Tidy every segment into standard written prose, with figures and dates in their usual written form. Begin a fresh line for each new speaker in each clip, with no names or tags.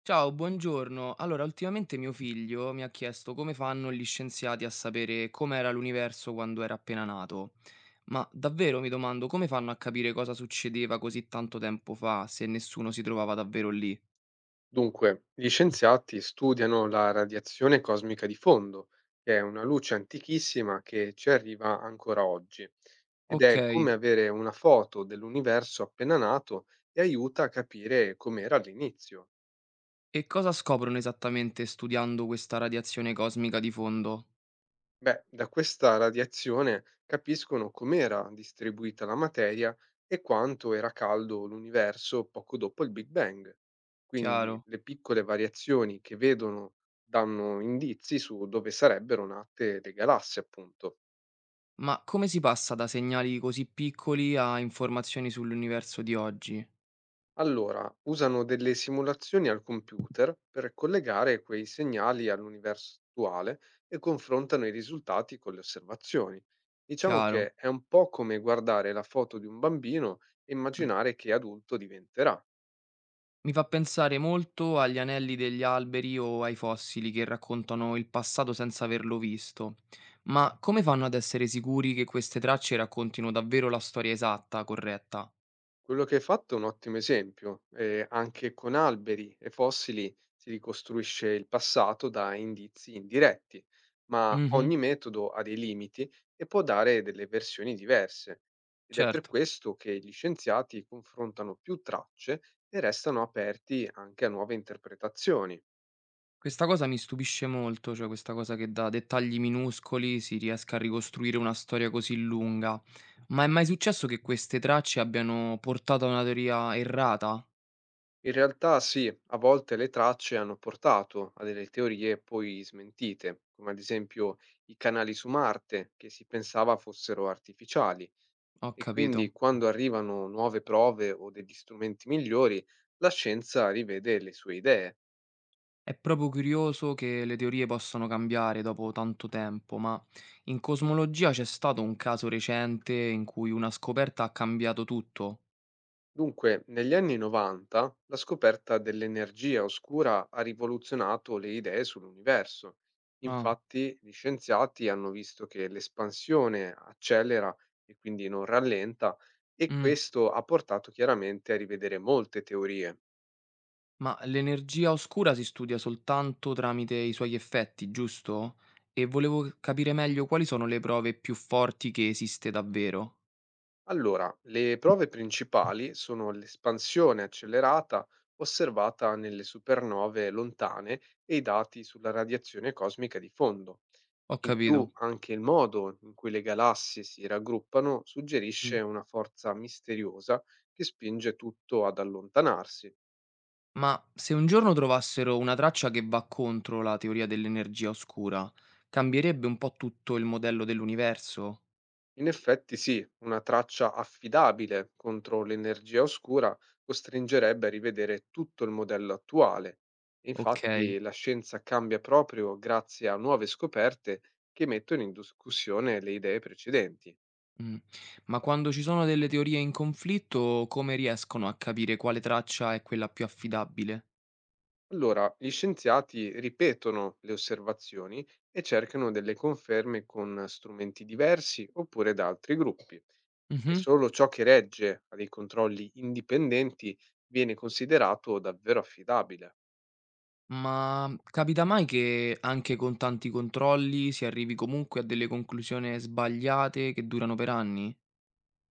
Ciao, buongiorno. Allora, ultimamente mio figlio mi ha chiesto come fanno gli scienziati a sapere com'era l'universo quando era appena nato. Ma davvero mi domando come fanno a capire cosa succedeva così tanto tempo fa se nessuno si trovava davvero lì?
Dunque, gli scienziati studiano la radiazione cosmica di fondo, che è una luce antichissima che ci arriva ancora oggi ed
Ok,
è come avere una foto dell'universo appena nato e aiuta a capire com'era all'inizio.
e cosa scoprono esattamente studiando questa radiazione cosmica di fondo?
Beh, da questa radiazione capiscono com'era distribuita la materia e quanto era caldo l'universo poco dopo il Big Bang. Quindi
Chiaro.
le piccole variazioni che vedono danno indizi su dove sarebbero nate le galassie, appunto.
Ma come si passa da segnali così piccoli a informazioni sull'universo di oggi?
Allora, usano delle simulazioni al computer per collegare quei segnali all'universo attuale e confrontano i risultati con le osservazioni. Diciamo
Chiaro.
che è un po' come guardare la foto di un bambino e immaginare che adulto diventerà.
Mi fa pensare molto agli anelli degli alberi o ai fossili che raccontano il passato senza averlo visto. Ma come fanno ad essere sicuri che queste tracce raccontino davvero la storia esatta, corretta?
Quello che hai fatto è un ottimo esempio. Anche con alberi e fossili si ricostruisce il passato da indizi indiretti, ma
Mhm,
ogni metodo ha dei limiti e può dare delle versioni diverse. Ed è per
certo.
questo che gli scienziati confrontano più tracce e restano aperti anche a nuove interpretazioni.
Questa cosa mi stupisce molto, cioè questa cosa che da dettagli minuscoli si riesca a ricostruire una storia così lunga. Ma è mai successo che queste tracce abbiano portato a una teoria errata?
In realtà sì, a volte le tracce hanno portato a delle teorie poi smentite, come ad esempio i canali su Marte, che si pensava fossero artificiali.
Ho
E quindi
capito.
quando arrivano nuove prove o degli strumenti migliori, la scienza rivede le sue idee.
È proprio curioso che le teorie possano cambiare dopo tanto tempo, ma in cosmologia c'è stato un caso recente in cui una scoperta ha cambiato tutto.
Dunque, negli anni 90, la scoperta dell'energia oscura ha rivoluzionato le idee sull'universo.
Ah,
Infatti, gli scienziati hanno visto che l'espansione accelera e quindi non rallenta, e
mm.
questo ha portato chiaramente a rivedere molte teorie.
Ma l'energia oscura si studia soltanto tramite i suoi effetti, giusto? E volevo capire meglio quali sono le prove più forti che esiste davvero.
Allora, le prove principali sono l'espansione accelerata osservata nelle supernove lontane e i dati sulla radiazione cosmica di fondo.
Ho
In più,
capito.
anche il modo in cui le galassie si raggruppano suggerisce
Mm.
una forza misteriosa che spinge tutto ad allontanarsi.
Ma se un giorno trovassero una traccia che va contro la teoria dell'energia oscura, cambierebbe un po' tutto il modello dell'universo?
In effetti sì, una traccia affidabile contro l'energia oscura costringerebbe a rivedere tutto il modello attuale.
Okay,
Infatti la scienza cambia proprio grazie a nuove scoperte che mettono in discussione le idee precedenti.
mh. Ma quando ci sono delle teorie in conflitto, come riescono a capire quale traccia è quella più affidabile?
Allora, gli scienziati ripetono le osservazioni e cercano delle conferme con strumenti diversi oppure da altri gruppi. E
Mh-mh.
solo ciò che regge a dei controlli indipendenti viene considerato davvero affidabile.
Ma capita mai che anche con tanti controlli si arrivi comunque a delle conclusioni sbagliate che durano per anni?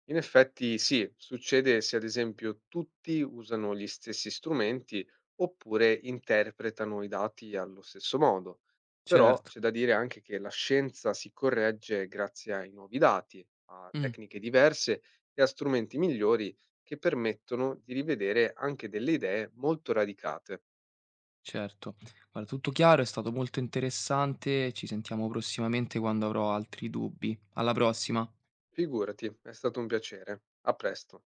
In effetti sì, succede se ad esempio tutti usano gli stessi strumenti oppure interpretano i dati allo stesso modo. Però
Certo.
c'è da dire anche che la scienza si corregge grazie ai nuovi dati, a
Mh,
tecniche diverse e a strumenti migliori che permettono di rivedere anche delle idee molto radicate.
certo. Guarda, tutto chiaro, è stato molto interessante, ci sentiamo prossimamente quando avrò altri dubbi. Alla prossima.
Figurati, è stato un piacere. A presto.